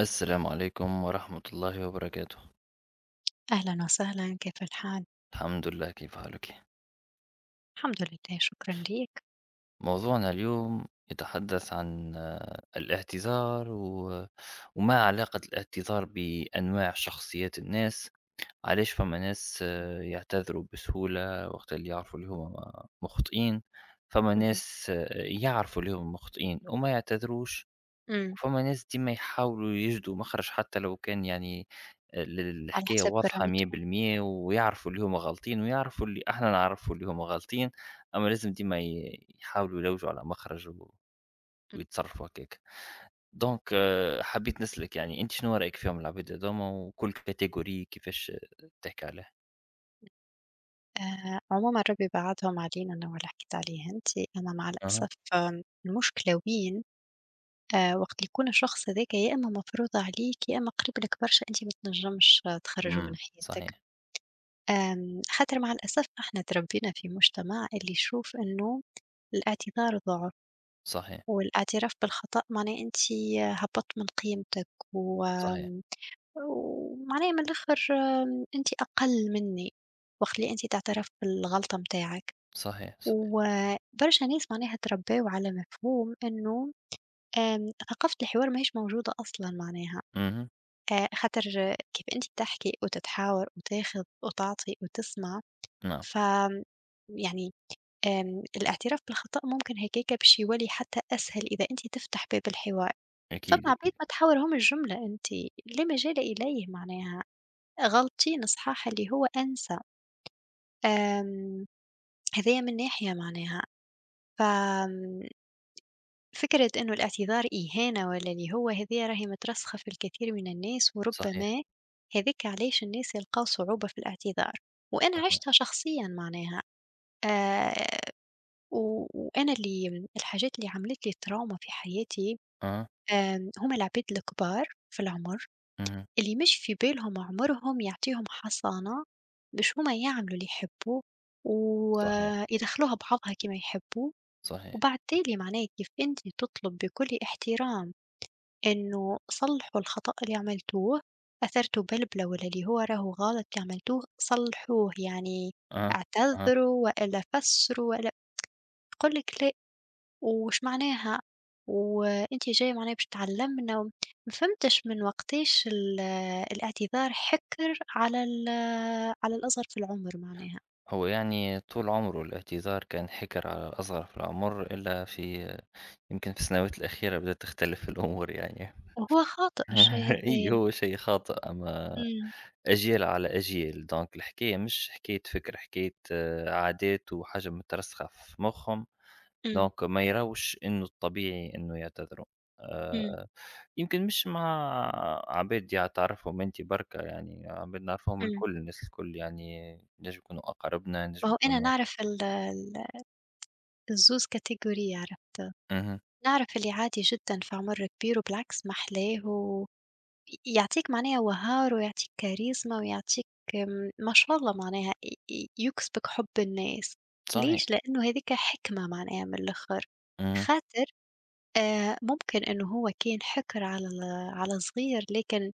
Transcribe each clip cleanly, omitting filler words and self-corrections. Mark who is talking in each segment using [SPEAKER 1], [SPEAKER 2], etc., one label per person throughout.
[SPEAKER 1] السلام عليكم ورحمة الله وبركاته.
[SPEAKER 2] أهلًا وسهلًا، كيف الحال؟
[SPEAKER 1] الحمد لله، كيف حالك؟
[SPEAKER 2] الحمد لله، شكرًا ليك.
[SPEAKER 1] موضوعنا اليوم يتحدث عن الاعتذار و... وما علاقة الاعتذار بأنواع شخصيات الناس؟ علاش فما ناس يعتذروا بسهولة وقت اللي يعرفوا اللي هما مخطئين، فما
[SPEAKER 2] اهم.
[SPEAKER 1] ناس يعرفوا اللي هما مخطئين وما يعتذروش،
[SPEAKER 2] إمم.
[SPEAKER 1] وفما ناس ديما يحاولوا يجدوا مخرج حتى لو كان يعني
[SPEAKER 2] على
[SPEAKER 1] الحكاية
[SPEAKER 2] حساب
[SPEAKER 1] واضحة
[SPEAKER 2] كرامتهم.
[SPEAKER 1] 100% ويعرفوا اللي هما غالطين ويعرفوا اللي احنا نعرفوا اللي هما غالطين. اما لازم ديما يحاولوا يلوجوا على مخرج
[SPEAKER 2] إمم.
[SPEAKER 1] ويتصرفوا هكاك. دونك حبيت نسلك، يعني انت شنو رايك فيهم العباد هذوما، وكل كاتيجوري كيفاش تحكي عليها؟
[SPEAKER 2] عمومًا ربي بعدهم علينا أنا واللي حكيت عليه أنت، أما مع
[SPEAKER 1] اها.
[SPEAKER 2] الأسف المشكلة وين. وقت اللي يكون الشخص هاذاك يا إما مفروض عليك، يا إما قريب لك برشا أنت ما تنجمش تخرّجه من حياتك.
[SPEAKER 1] صحيح،
[SPEAKER 2] خاطر مع الأسف إحنا تربينا في مجتمع اللي يشوف إنه الاعتذار ضعف،
[SPEAKER 1] صحيح،
[SPEAKER 2] والاعتراف بالخطأ معناه أنت هبطت من قيمتك، و
[SPEAKER 1] صحيح،
[SPEAKER 2] ومعناها من الآخر أنتِ أقل منّي، وقت اللي أنتِ تعترف بالغلطة متاعك،
[SPEAKER 1] صحيح، صحيح،
[SPEAKER 2] وبرشا ناس معناها تربّاو على مفهوم إنه ثقافة الحوار ماهيش موجودة أصلًا معناها.
[SPEAKER 1] اها،
[SPEAKER 2] خاطر كيف أنتِ تحكي وتتحاور وتاخذ وتعطي وتسمع،
[SPEAKER 1] نعم،
[SPEAKER 2] ف آمم، يعني الاعتراف بالخطأ ممكن هكاك باش يولي حتى أسهل إذا أنتِ تفتح باب الحوار. فما
[SPEAKER 1] اكيد،
[SPEAKER 2] عباد
[SPEAKER 1] اكيد،
[SPEAKER 2] ما تحاورهمش الجملة أنتِ، لا مجال إليه معناها. غلطي نصحاها اللي هو أنسى. آمم، هذايا من ناحية معناها. ف آمم، فكرة إنه الاعتذار إهانة والّا اللي هو هذيّا راهي مترسخة في الكثير من الناس،
[SPEAKER 1] صحيح،
[SPEAKER 2] وربما هاذيك علاش الناس يلقاو صعوبة في الاعتذار، وأنا
[SPEAKER 1] صحيح،
[SPEAKER 2] عِشتها شخصيًا معناها. آآ، و وأنا اللي الحاجات اللي عملت لي تراوما في حياتي،
[SPEAKER 1] اها،
[SPEAKER 2] هُم العباد الكبار في العمر.
[SPEAKER 1] اها،
[SPEAKER 2] اللي مش في بالهم عمرهم يعطيهم حصانة باش هما يعملوا اللي يحبوه
[SPEAKER 1] صحيح،
[SPEAKER 2] ويدخلوها بعضها كما يحبوا،
[SPEAKER 1] صحيح،
[SPEAKER 2] وبعد تالي معناه كيف انت تطلب بكل احترام انه صلحوا الخطأ اللي عملتوه، اثرتوا بلبلة ولا اللي هو راهو غلط اللي عملتوه صلحوه يعني،
[SPEAKER 1] أها، أها.
[SPEAKER 2] اعتذروا والا فسروا والا تقول لك لا. وش معناها، وأنتِ جاية معناها باش تعلّمنا ما فهمتش من وقتاش الاعتذار حِكر على على الأصغر في العُمر معناها.
[SPEAKER 1] هو يعني طول عمره الاعتذار كان حِكر على الأصغر في العُمر، إلا في يمكن في السنوات الأخيرة بدأت تختلف الأمور يعني.
[SPEAKER 2] وهو خاطئ الشيء
[SPEAKER 1] أي،
[SPEAKER 2] هذايا.
[SPEAKER 1] هو شيء خاطئ، أما
[SPEAKER 2] إمم.
[SPEAKER 1] أجيال على أجيال. دونك الحكاية مش حكاية فِكر، حكاية عادات وحاجة مترسخة في مُخّهم.
[SPEAKER 2] إمم.
[SPEAKER 1] دونك ما يراوش إنه الطبيعي إنه يعتذروا.
[SPEAKER 2] إمم.
[SPEAKER 1] آآ يمكن مش مع عباد تعرفهم أنت بركا، يعني عباد نعرفهم
[SPEAKER 2] إمم.
[SPEAKER 1] الكل، الناس الكل يعني ينجموا يكونوا أقاربنا،
[SPEAKER 2] ما
[SPEAKER 1] ينجموا
[SPEAKER 2] هو أنا
[SPEAKER 1] يكونوا...
[SPEAKER 2] نعرف ال ال الزوز category عرفت،
[SPEAKER 1] اهم،
[SPEAKER 2] نعرف اللي عادي جدًا في عُمر كبير وبالعكس محلاه، و يعطيك معناها وهار ويعطيك كاريزما ويعطيك ما شاء الله معناها ي ي يكسبك حُب الناس. ليش؟
[SPEAKER 1] صحيح،
[SPEAKER 2] لإنه هاذيك حِكمة معناها من الآخر.
[SPEAKER 1] اهم،
[SPEAKER 2] خاطر ممكن إنه هو كان حِكر على على صغير، لكن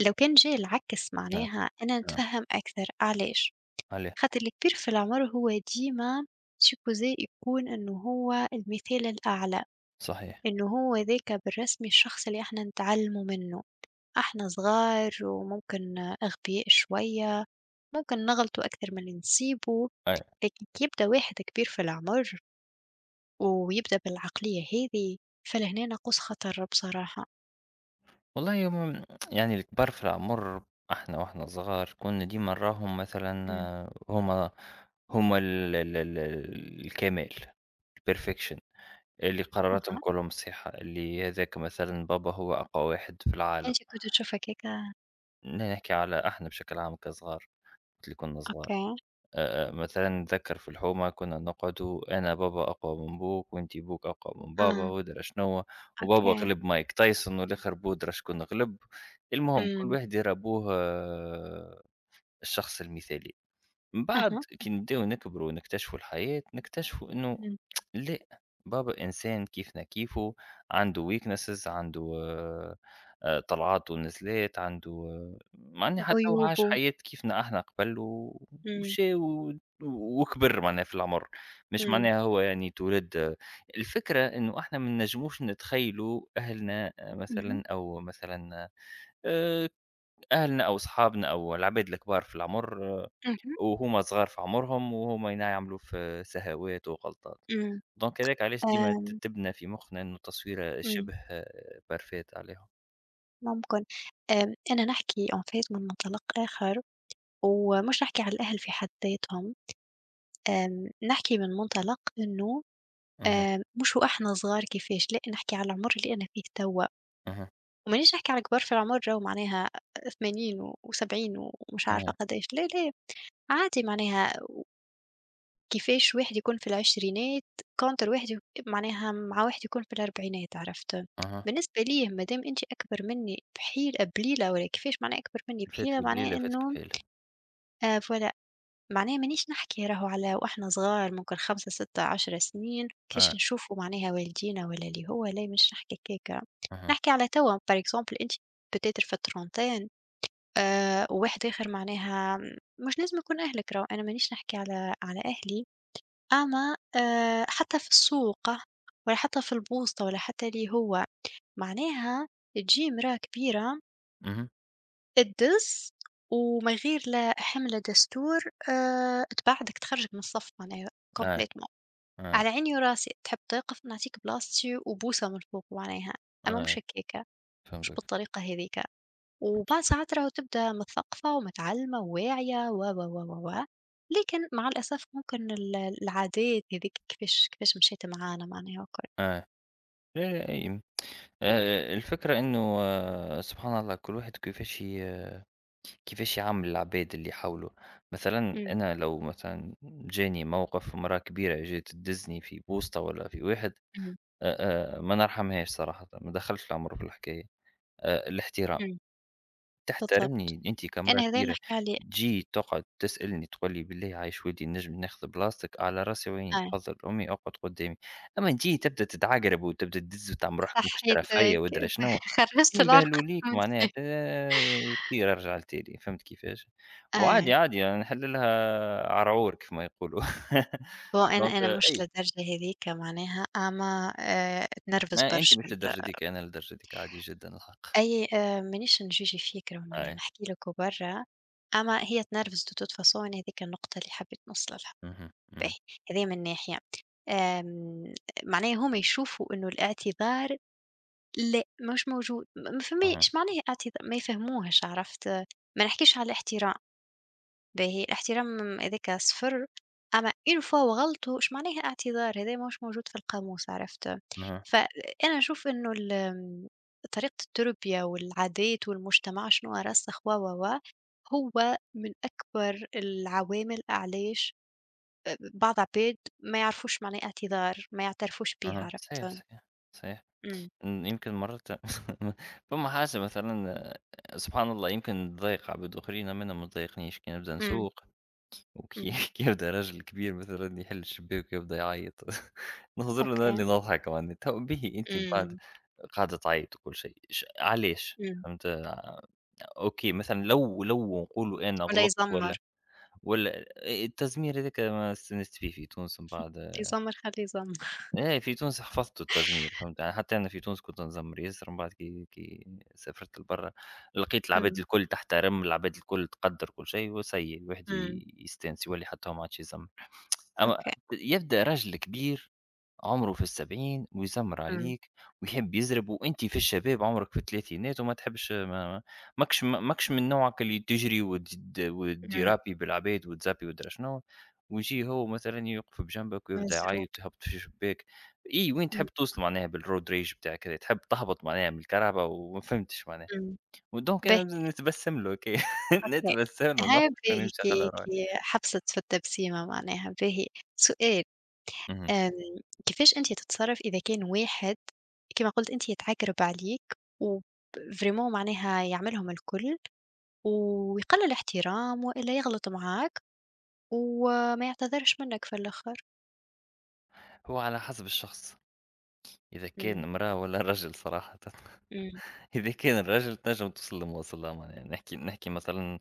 [SPEAKER 2] لو كان جا العكس
[SPEAKER 1] نعم،
[SPEAKER 2] معناها أنا
[SPEAKER 1] نعم،
[SPEAKER 2] نتفهم أكثر. علاش؟
[SPEAKER 1] عليه،
[SPEAKER 2] خاطر الكبير في العمر هو ديما supposé يكون إنه هو المثال الأعلى،
[SPEAKER 1] صحيح،
[SPEAKER 2] إنه هو ذاك بالرسمي الشخص اللي إحنا نتعلموا منه. إحنا صغار وممكن أغبياء شوية، ممكن نغلطوا أكتر من اللي نصيبوا،
[SPEAKER 1] أيوه.
[SPEAKER 2] لكن كي يبدا واحد كبير في العمر ويبدا بالعقلية هذي، فلهنا قوس خطر بصراحة.
[SPEAKER 1] والله هم، يعني الكبار في العمر إحنا وإحنا صغار كنا ديما نراهم مثلًا
[SPEAKER 2] إمم.
[SPEAKER 1] هُم هُم ال الكمال، الperfection، اللي قررتهم
[SPEAKER 2] أها.
[SPEAKER 1] كلهم صحيحة، اللي هذاك مثلًا بابا هو أقوى واحد في العالم.
[SPEAKER 2] أنت كنت تشوف هكاك؟
[SPEAKER 1] نحكي على إحنا بشكل عام كصغار، وقت اللي كنا صغار.
[SPEAKER 2] أوكي.
[SPEAKER 1] مثلًا نتذكر في الحومة كنا نقعدوا أنا بابا أقوى من بوك وأنتِ بوك أقوى من بابا
[SPEAKER 2] آه.
[SPEAKER 1] وأدري شنو، وبابا
[SPEAKER 2] أوكي.
[SPEAKER 1] غلب مايك تايسون والآخر بودرة شكون غلب. المهم كل
[SPEAKER 2] إمم.
[SPEAKER 1] واحد يرى أبوه الشخص المثالي. من بعد
[SPEAKER 2] أها.
[SPEAKER 1] كي نبداو نكبروا ونكتشفوا الحياة نكتشفوا إنه
[SPEAKER 2] إمم.
[SPEAKER 1] لأ، بابا إنسان كيفنا كيفه، عنده weaknesses، عنده طلعات ونزلات، عنده معني حتى هو عاش
[SPEAKER 2] عيوبه.
[SPEAKER 1] حياة كيفنا إحنا قبل، و
[SPEAKER 2] إمم.
[SPEAKER 1] ومشى و وكبر معناها في العمر، مش
[SPEAKER 2] إمم.
[SPEAKER 1] معناها هو يعني اتولد. الفكرة إنه إحنا ما نجموش نتخيلوا أهلنا
[SPEAKER 2] اهم.
[SPEAKER 1] مثلًا، أو مثلًا آآ، أهلنا أو أصحابنا أو العباد الكبار في العمر
[SPEAKER 2] اهم.
[SPEAKER 1] وهُم صغار في عمرهم، وهُم ينعملوا في سهوات وغلطات.
[SPEAKER 2] إمم.
[SPEAKER 1] دونك هذاك علاش ديما
[SPEAKER 2] آمم.
[SPEAKER 1] تبنى في مخنا إنه التصويرة
[SPEAKER 2] إمم.
[SPEAKER 1] شبه perfect عليهم.
[SPEAKER 2] ممكن. أنا نحكي en fait من منطلق آخر، ومش نحكي على الأهل في حد ذاتهم. نحكي من منطلق إنه
[SPEAKER 1] اهم،
[SPEAKER 2] مش وإحنا صغار كيفاش، لأ نحكي على العمر اللي أنا فيه توا،
[SPEAKER 1] اهم،
[SPEAKER 2] ومانيش نحكي على كبار في العمر راهو معناها 80 و و70 ومش عارفة
[SPEAKER 1] اهم،
[SPEAKER 2] قداش، لا، لا، عادي معناها. كيفاش واحد يكون في العشرينات counter واحد معناها مع واحد يكون في الأربعينات عرفت؟
[SPEAKER 1] اهم.
[SPEAKER 2] بالنسبة ليه ما دام أنتِ أكبر مني بحيل بليلة والّا كيفاش معناها أكبر مني بحيلة،
[SPEAKER 1] فاتك
[SPEAKER 2] معناها
[SPEAKER 1] بليلة، فاتك
[SPEAKER 2] إنه
[SPEAKER 1] بحالها.
[SPEAKER 2] voilà معناها. مانيش نحكي راهو على وإحنا صغار ممكن 5، 6، 10 سنين كيفاش
[SPEAKER 1] آه،
[SPEAKER 2] نشوفوا معناها والدينا والّا اللي هو، لا مش نحكي هكاك.
[SPEAKER 1] اهم،
[SPEAKER 2] نحكي على توا par exemple أنتِ peut-être في الترونتين، وواحد آخر معناها، مش لازم يكون أهلك راهو أنا مانيش نحكي على على أهلي، أما حتى في السوق ولا حتى في البوسطة ولا حتى اللي هو، معناها تجي امرأة كبيرة
[SPEAKER 1] اهم.
[SPEAKER 2] الدّز، وما يغير لا حملة دستور، تبعدك تخرّجك من الصف معناها
[SPEAKER 1] أي،
[SPEAKER 2] completely.
[SPEAKER 1] أي،
[SPEAKER 2] على عيني وراسي، تحب توقف نعطيك بلاصتي وبوسة من الفوق معناها، أما
[SPEAKER 1] أي،
[SPEAKER 2] مش هكاكا، مش
[SPEAKER 1] فهمتك،
[SPEAKER 2] بالطريقة هاذيكا. وبعد
[SPEAKER 1] فهمتك.
[SPEAKER 2] ساعات راهو تبدا متثقفة ومتعلمة وواعية، و، و، و، و، و، لكن مع الأسف ممكن العادات هاذيك كيفاش كيفاش مشات معانا معناها وكل.
[SPEAKER 1] أي. لا، لا، أي. الفكرة إنه سبحان الله، كل واحد كيفاش كيفاش يعامل العباد اللي حوله. مثلا
[SPEAKER 2] إمم.
[SPEAKER 1] انا لو مثلا جاني موقف مراه كبيره جات تدزني في بوسطه ولا في واحد،
[SPEAKER 2] إمم.
[SPEAKER 1] ما نرحمهاش صراحه، ما دخلش العمر في الحكايه. الاحترام،
[SPEAKER 2] إمم. بالضبط.
[SPEAKER 1] تحترمني انت
[SPEAKER 2] أنا
[SPEAKER 1] كمراه
[SPEAKER 2] هذا اللي
[SPEAKER 1] كبيره.
[SPEAKER 2] نحكي عليه.
[SPEAKER 1] تجي تقعد تسالني تقول لي بالله عايش ولدي نجم ناخذ بلاصتك على راسي؟ وين
[SPEAKER 2] آه.
[SPEAKER 1] تفضل امي اقعد قدامي. اما تجي تبدا تتعقرب وتبدا تدز وتعمل روحك ماكش ترى فيا
[SPEAKER 2] صحيتِك.
[SPEAKER 1] ودرا شنو، فين
[SPEAKER 2] خرّجتِ العرق
[SPEAKER 1] يبهلوا ليك
[SPEAKER 2] التونسي.
[SPEAKER 1] معناتها. طير ارجع لتالي، فهمت كيفاش؟
[SPEAKER 2] آه.
[SPEAKER 1] وعادي، عادي يعني نحللها، عرعور كيف ما يقولوا.
[SPEAKER 2] هو أنا
[SPEAKER 1] دونك
[SPEAKER 2] أنا مش
[SPEAKER 1] أي،
[SPEAKER 2] للدرجة هاذيك معناها، أما نرفز
[SPEAKER 1] ما أنتِ
[SPEAKER 2] برشا
[SPEAKER 1] مش للدرجة ذيك، أنا للدرجة ذيك عادي جدًا الحق.
[SPEAKER 2] أي. مانيش نجوجي فيك راهو معناها،
[SPEAKER 1] أي.
[SPEAKER 2] نحكي لك وبرّا، أما هي تنرفز de toute façon. أنا هاذيك النقطة اللي حبيت نوصل لها.
[SPEAKER 1] اهم، اهم،
[SPEAKER 2] باهي، هذه من ناحية. آمم معناها هُما يشوفوا إنه الاعتذار، لأ، مش موجود، ما
[SPEAKER 1] اها،
[SPEAKER 2] فماش معناها، ما يفهموهاش عرفت، ما نحكيش على الاحترام. باهي، الاحترام هذاك صفر. اما اون فوا وغلطوا اش معناها، اعتذار هذا مش موجود في القاموس عرفت.
[SPEAKER 1] اها،
[SPEAKER 2] فانا نشوف انه طريقه التربيه والعادات والمجتمع شنو رسخ، و هو من اكبر العوامل علاش بعض عباد ما يعرفوش معناه اعتذار، ما يعترفوش بيه
[SPEAKER 1] اها، صحيح،
[SPEAKER 2] عرفت.
[SPEAKER 1] صحيح، صحيح.
[SPEAKER 2] امم.
[SPEAKER 1] يمكن مرات فما حاجة مثلًا سبحان الله، يمكن تضايق عباد أخرين، أما أنا ما تضايقنيش كي نبدا
[SPEAKER 2] امم.
[SPEAKER 1] نسوق. وكي
[SPEAKER 2] امم.
[SPEAKER 1] يبدأ راجل كبير مثلًا يحل الشباك ويبدأ يعيط، نهزر له أنا
[SPEAKER 2] اوكي.
[SPEAKER 1] اللي نضحك معناها. تو باهي أنت من بعد
[SPEAKER 2] امم.
[SPEAKER 1] قاعدة تعيط وكل شيء، علاش؟
[SPEAKER 2] امم.
[SPEAKER 1] فهمت؟ أوكي، مثلًا لو نقولوا أنا
[SPEAKER 2] ولا
[SPEAKER 1] غلطت
[SPEAKER 2] يزمر؟
[SPEAKER 1] والّا، التزمير هذاك ما استانست فيه في تونس من بعد.
[SPEAKER 2] يزمر خليه يزمر.
[SPEAKER 1] إيه في تونس حفظته التزمير، فهمت؟ يعني حتى أنا في تونس كنت نزمر ياسر، من بعد كي سافرت لبرا، لقيت
[SPEAKER 2] امم.
[SPEAKER 1] العباد الكل تحترم، العباد الكل تقدّر كل شيء، وسي الواحد
[SPEAKER 2] امم.
[SPEAKER 1] يستانس يولي حتى هو ما عادش يزمر. أما
[SPEAKER 2] اوكي.
[SPEAKER 1] يبدأ رجل كبير عمره في 70 ويزمر
[SPEAKER 2] امم.
[SPEAKER 1] عليك ويحب يزرب، وأنت في الشباب عمرك في 30 وما تحبش، ماكش، من نوعك اللي تجري وتديرابي بالعباد وتزابي ودرا شنو، ويجي هو مثلا يوقف بجنبك ويبدا
[SPEAKER 2] مضروب.
[SPEAKER 1] يعيط ويهبط في الشباك. اي، وين
[SPEAKER 2] إمم.
[SPEAKER 1] تحب توصل معناها بالرود ريج بتاعك هذا؟ تحب تهبط معناها من الكهرباء، وما فهمتش معناها.
[SPEAKER 2] إمم.
[SPEAKER 1] ودونك انا
[SPEAKER 2] به.
[SPEAKER 1] لازم نتبسم له، كي
[SPEAKER 2] أوكي،
[SPEAKER 1] نتبسم له ونضحك
[SPEAKER 2] هذه
[SPEAKER 1] ونمشي على
[SPEAKER 2] كيك.
[SPEAKER 1] روحي.
[SPEAKER 2] حبست في التبسيمة معناها. باهي، سؤال.
[SPEAKER 1] مهم.
[SPEAKER 2] آمم، كيفاش أنت تتصرّف إذا كان واحد كيما قُلت أنت يتعكرب عليك، وب vraiment معناها يعملهم الكل ويقلّل احترام وإلا يغلط معاك وما يعتذرش منّك في الآخر؟
[SPEAKER 1] هو على حسب الشخص، إذا
[SPEAKER 2] إمم.
[SPEAKER 1] كان امرأة والّا رجل صراحةً.
[SPEAKER 2] إمم.
[SPEAKER 1] إذا كان رجل تنجم توصل لمواصلة، معناها نحكي، مثلًا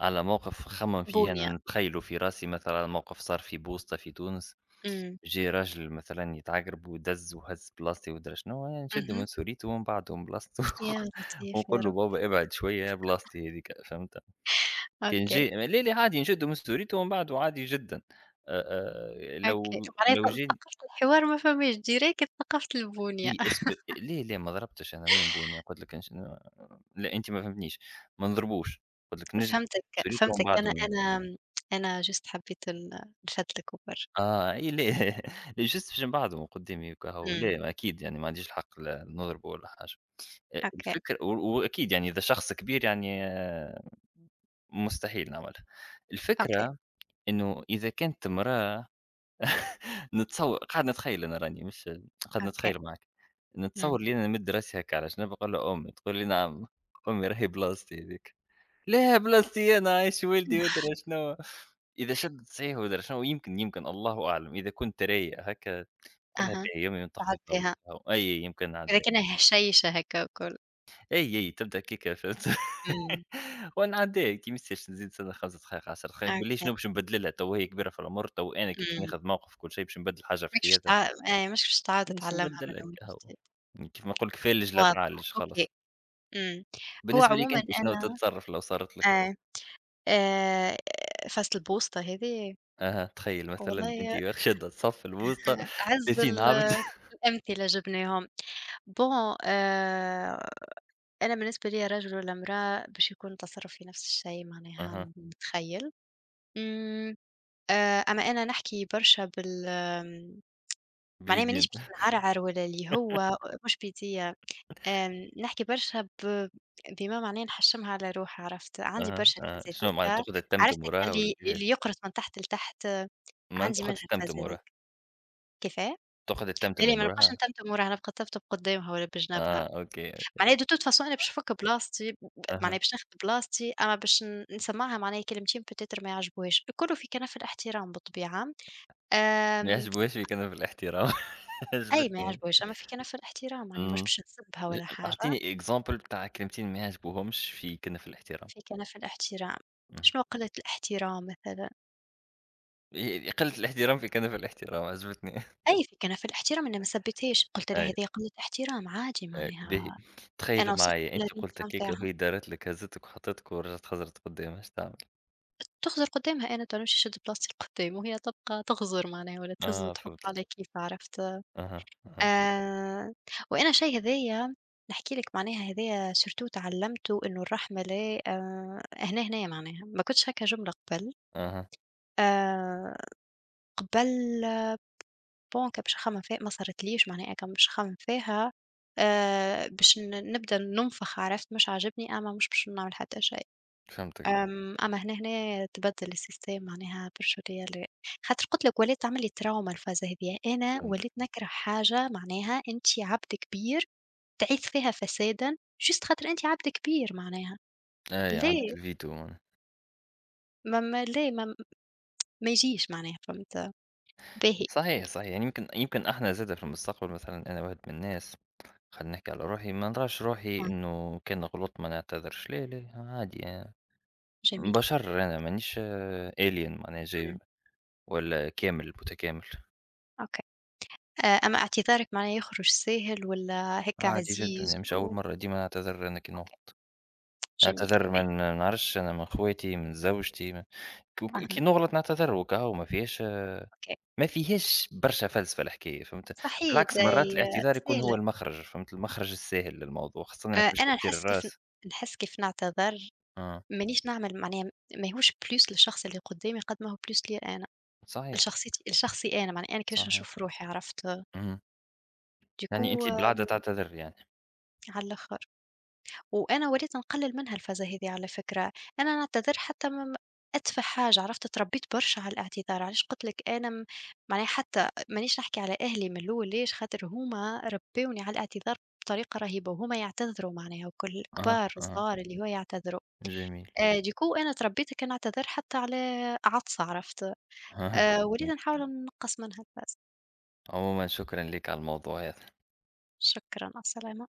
[SPEAKER 1] على موقف خمم فيه
[SPEAKER 2] بونية.
[SPEAKER 1] أنا نتخيله في راسي، مثلًا موقف صار في بوسطة في تونس.
[SPEAKER 2] إمم.
[SPEAKER 1] جه راجل مثلًا يتعقرب ودز وهز بلاصتي ومدري شنو، أنا نشده
[SPEAKER 2] اهم.
[SPEAKER 1] من سوريته ومن بعده من بلاصته
[SPEAKER 2] يا لطيف يا
[SPEAKER 1] ونقول له
[SPEAKER 2] رب.
[SPEAKER 1] بابا ابعد شوية، بلاصتي هاذيك، فهمت. كان
[SPEAKER 2] أوكي.
[SPEAKER 1] جه لا، لا، عادي نشده من سوريته ومن بعده عادي جدًا. آآ،
[SPEAKER 2] أوكي،
[SPEAKER 1] لو
[SPEAKER 2] معناها ث
[SPEAKER 1] جاني...
[SPEAKER 2] ثقافة الحوار ما فماش direct، ثقافة البنية.
[SPEAKER 1] إي إس. ليه، ليه ما ضربتش أنا؟ وين بونية؟ قُلت لك لأ، أنت ما فهمتنيش. ما نضربوش. قُلت لك
[SPEAKER 2] فهمتك.
[SPEAKER 1] شريتهم
[SPEAKER 2] فهمتك. أنا
[SPEAKER 1] بعضهم.
[SPEAKER 2] أنا أنا just حبيت نشدلك
[SPEAKER 1] أي ليه، ليه جست باش نبعضهم قدامي هكا؟ هو
[SPEAKER 2] إمم.
[SPEAKER 1] ليه؟ أكيد يعني ما عنديش الحق لا نضربه ولا حاجة.
[SPEAKER 2] أوكي.
[SPEAKER 1] الفكر وأكيد يعني، إذا شخص كبير يعني مستحيل نعملها.
[SPEAKER 2] أوكي.
[SPEAKER 1] الفكرة إنه إذا كانت امرأة، نتصور، قاعد نتخيّل أنا راني مش قاعد
[SPEAKER 2] أوكي.
[SPEAKER 1] نتخيّل معاك،
[SPEAKER 2] إمم.
[SPEAKER 1] نتصوّر لي أنا نمد راسي هاكا على جنب نقول له أمي. تقول لي: "نعم." أمي راهي بلاصتي هاذيك. "لا، بلاصتي أنا عايش ولدي." وأدري شنو. إذا شدّت صحيح وأدري شنو، يمكن، الله أعلم، إذا كنت رايق هاكا قُلها
[SPEAKER 2] أها.
[SPEAKER 1] باهي يمي ونطفّي الضو.
[SPEAKER 2] تعديها.
[SPEAKER 1] أي يمكن نعدّيها.
[SPEAKER 2] لكنها هشيشة هكا وكل.
[SPEAKER 1] أي، أي تبدأ كيكا، فهمت.
[SPEAKER 2] إمم.
[SPEAKER 1] ونعدّيها. كي ما يصيرش نزيد سنة 5 دقايق، 10 دقايق، باللي
[SPEAKER 2] أوكي.
[SPEAKER 1] شنو باش نبدّل لها؟ تو هي كبيرة في العمر، تو أنا كي باش
[SPEAKER 2] إمم.
[SPEAKER 1] ناخذ موقف كل شيء باش نبدّل حاجة في
[SPEAKER 2] ماكش باش
[SPEAKER 1] حياتها.
[SPEAKER 2] تع مش باش تعاود
[SPEAKER 1] ماشي
[SPEAKER 2] تتعلمها
[SPEAKER 1] نبدّل
[SPEAKER 2] من
[SPEAKER 1] لك
[SPEAKER 2] أول
[SPEAKER 1] قهوة.
[SPEAKER 2] وجديد.
[SPEAKER 1] كيف ما نقول لك، فالج لا
[SPEAKER 2] واضح.
[SPEAKER 1] تعالج خلاص.
[SPEAKER 2] أوكي. إمم. هو
[SPEAKER 1] بالنسبة ليك
[SPEAKER 2] عمومًا
[SPEAKER 1] أنت شنو
[SPEAKER 2] أنا،
[SPEAKER 1] تتصرّف لو صارت لك؟
[SPEAKER 2] آه، آآ فصل البوسطة هذي.
[SPEAKER 1] أها تخيّل مثلًا أنتِ
[SPEAKER 2] والله
[SPEAKER 1] شادة الصف الوسطى،
[SPEAKER 2] أعز
[SPEAKER 1] 30
[SPEAKER 2] ال
[SPEAKER 1] عبد.
[SPEAKER 2] الأمثلة جبناهم. bon، أنا بالنسبة ليّا رجل والّا امرأة باش يكون تصرفي نفس الشيء معناها
[SPEAKER 1] أها،
[SPEAKER 2] نتخيّل. إمم. آآ أما أنا نحكي برشا بال آمم، معناها
[SPEAKER 1] باليدين.
[SPEAKER 2] مانيش باش نعرعر ولا اللي هو مش بيديّا. نحكي برشا بما معناه نحشمها على روحي عرفت، عندي
[SPEAKER 1] أها،
[SPEAKER 2] برشا
[SPEAKER 1] أها.
[SPEAKER 2] الفازة
[SPEAKER 1] شنو معناتها،
[SPEAKER 2] هاذيكا.
[SPEAKER 1] تاخذها
[SPEAKER 2] عرفت
[SPEAKER 1] تتمتم
[SPEAKER 2] هاكا
[SPEAKER 1] وراها والّا
[SPEAKER 2] اللي
[SPEAKER 1] كيفاش؟
[SPEAKER 2] يقرص من تحت لتحت. آه.
[SPEAKER 1] ما أنت
[SPEAKER 2] عندي
[SPEAKER 1] تاخذ
[SPEAKER 2] منها
[SPEAKER 1] تتمتم
[SPEAKER 2] الفازة
[SPEAKER 1] وراها.
[SPEAKER 2] هاذيك. كيفاه؟
[SPEAKER 1] تاخذ تتمتم
[SPEAKER 2] بالي
[SPEAKER 1] من
[SPEAKER 2] ما نبقاش
[SPEAKER 1] وراها؟
[SPEAKER 2] نتمتم وراها، نبقى نتمتم قدامها ولا بجنبها.
[SPEAKER 1] آه أوكي.
[SPEAKER 2] معناها de toute façon أنا باش نفك بلاصتي ب معناها
[SPEAKER 1] أها.
[SPEAKER 2] باش ناخد بلاصتي، أما باش نسمعها معناها كلمتين peut-être ما يعجبوهاش، الكل في كنف الاحترام بالطبيعة.
[SPEAKER 1] ما
[SPEAKER 2] آمم.
[SPEAKER 1] يعجبوهاش فيك أنا في الاحترام،
[SPEAKER 2] أي، ما
[SPEAKER 1] عجبتني هذي.
[SPEAKER 2] يعجبوهاش، أما في كنف الاحترام معناها مش
[SPEAKER 1] إمم.
[SPEAKER 2] باش نسبها
[SPEAKER 1] ج
[SPEAKER 2] ولا حاجة.
[SPEAKER 1] أعطيني example بتاع كلمتين ما يعجبوهمش فيك أنا في الاحترام.
[SPEAKER 2] في كنف الاحترام.
[SPEAKER 1] اهم.
[SPEAKER 2] شنو قلة الاحترام مثلًا؟
[SPEAKER 1] قلة الاحترام فيك أنا في كنف الاحترام، عجبتني.
[SPEAKER 2] أي، في كنف الاحترام أنا ما سبيتهاش، قلت لها
[SPEAKER 1] أيوه،
[SPEAKER 2] هذه قلة احترام عادي
[SPEAKER 1] أيوه، باهي.
[SPEAKER 2] معناها.
[SPEAKER 1] تخيّلي
[SPEAKER 2] أنا وصلت
[SPEAKER 1] معايا، أنتِ قُلتِ
[SPEAKER 2] للreaction
[SPEAKER 1] هكاكا
[SPEAKER 2] نتاعها.
[SPEAKER 1] وهي دارت لِك هزتِك وحطتِك ورجعت خزرِت قدّام، اش تعملي؟
[SPEAKER 2] تغزر قدامها أنا توا نمشي نشد بلاصتي لقدام وهي تبقى تغزر معناها ولا تهز
[SPEAKER 1] آه
[SPEAKER 2] وتحط على
[SPEAKER 1] فهمتِك.
[SPEAKER 2] كيفها عرفت؟
[SPEAKER 1] أها، أها،
[SPEAKER 2] آآ وأنا شي هذايا نحكي لك معناها. هذايا surtout تعلمته إنه الرحمة، لا هنا هنايا معناها، ما كنتش هاكا جملة قبل.
[SPEAKER 1] أها،
[SPEAKER 2] آآ قبل، bon كان باش نخمم فيها، ما صارتليش معناها كان باش نخمم فيها، باش نبدا ننفخ عرفت؟ مش عاجبني، أما مش باش نعمل حتى شي.
[SPEAKER 1] فهمتِك،
[SPEAKER 2] آمم. أما هنا هنا تبدّل السيستم معناها برشا ليال، خاطر قُلت لك ولات تعمل لي تروما الفازة هاذيا، أنا
[SPEAKER 1] فهمتِك.
[SPEAKER 2] وليت نكره حاجة معناها أنتِ عبد كبير تعيث فيها فسادًا، just خاطر أنتِ عبد كبير معناها،
[SPEAKER 1] أي عندِك
[SPEAKER 2] ليه؟
[SPEAKER 1] الڤيديو هون.
[SPEAKER 2] ما ما ليه ما ما يجيش معناها، فهمت؟ باهي.
[SPEAKER 1] صحيح، صحيح. يعني يمكن، إحنا زادة في المستقبل مثلًا، أنا واحد من الناس، خلّيني نحكي على روحي، ما نراش روحي
[SPEAKER 2] آه.
[SPEAKER 1] إنه كان غلطت ما نعتذرش. لا، لا، عادي.
[SPEAKER 2] جميل.
[SPEAKER 1] بشر أنا، مانيش alien معناها جاي
[SPEAKER 2] إمم.
[SPEAKER 1] ولا كامل متكامل.
[SPEAKER 2] أوكي. أما اعتذارك معناه يخرج ساهل والّا هيك
[SPEAKER 1] عادي جدًا،
[SPEAKER 2] عزيز؟
[SPEAKER 1] يعني مش أول
[SPEAKER 2] و
[SPEAKER 1] مرّة ديما نعتذر أنا كي
[SPEAKER 2] أوكي.
[SPEAKER 1] نغلط.
[SPEAKER 2] جميل.
[SPEAKER 1] نعتذر
[SPEAKER 2] باهي.
[SPEAKER 1] من، ما نعرفش أنا، من خواتي، من زوجتي، من... ك ك كي
[SPEAKER 2] أها.
[SPEAKER 1] نغلط نعتذر وكهو، ما فيهاش،
[SPEAKER 2] أوكي.
[SPEAKER 1] ما فيهاش برشا فلسفة الحكاية، فهمت.
[SPEAKER 2] صحيح،
[SPEAKER 1] بالعكس مرات الاعتذار يكون هو
[SPEAKER 2] ساهل.
[SPEAKER 1] المخرج، فهمت، المخرج الساهل للموضوع، خاصة ما نحبش
[SPEAKER 2] أنا
[SPEAKER 1] تكسير
[SPEAKER 2] نحس كيف
[SPEAKER 1] الراس.
[SPEAKER 2] نحس كيف نعتذر،
[SPEAKER 1] آه،
[SPEAKER 2] مانيش نعمل معناها، ماهوش بلوس للشخص اللي قدّامي قد ما هو بلوس ليّا أنا،
[SPEAKER 1] صحيح،
[SPEAKER 2] لشخصيتي لشخصي أنا، معناها أنا كيفاش
[SPEAKER 1] صحيح،
[SPEAKER 2] نشوف روحي عرفت.
[SPEAKER 1] اهم. يعني
[SPEAKER 2] ديكو.
[SPEAKER 1] أنتِ بالعادة
[SPEAKER 2] آه،
[SPEAKER 1] تعتذري يعني؟
[SPEAKER 2] على الآخر. وأنا وليت نقلّل منها الفازة هذي على فكرة. أنا نعتذر حتى م م أتفه حاجة عرفت. اتربيت برشا على الاعتذار. علاش قُلت لك أنا معناها حتى مانيش نحكي على أهلي من الأول، ليش؟ خاطر هُم ربّوني على الاعتذار بطريقة رهيبة، وهُم يعتذروا معناها وكل،
[SPEAKER 1] أها،
[SPEAKER 2] كبار،
[SPEAKER 1] أها،
[SPEAKER 2] صغار اللي هو يعتذروا.
[SPEAKER 1] جميل.
[SPEAKER 2] Ducoup أنا تربيت كنعتذر حتى على عطسة عرفت.
[SPEAKER 1] أها،
[SPEAKER 2] وليت نحاول نقّص منها الفاس.
[SPEAKER 1] عمومًا شكرًا ليك على الموضوع هذا.
[SPEAKER 2] شكرًا، السلامة.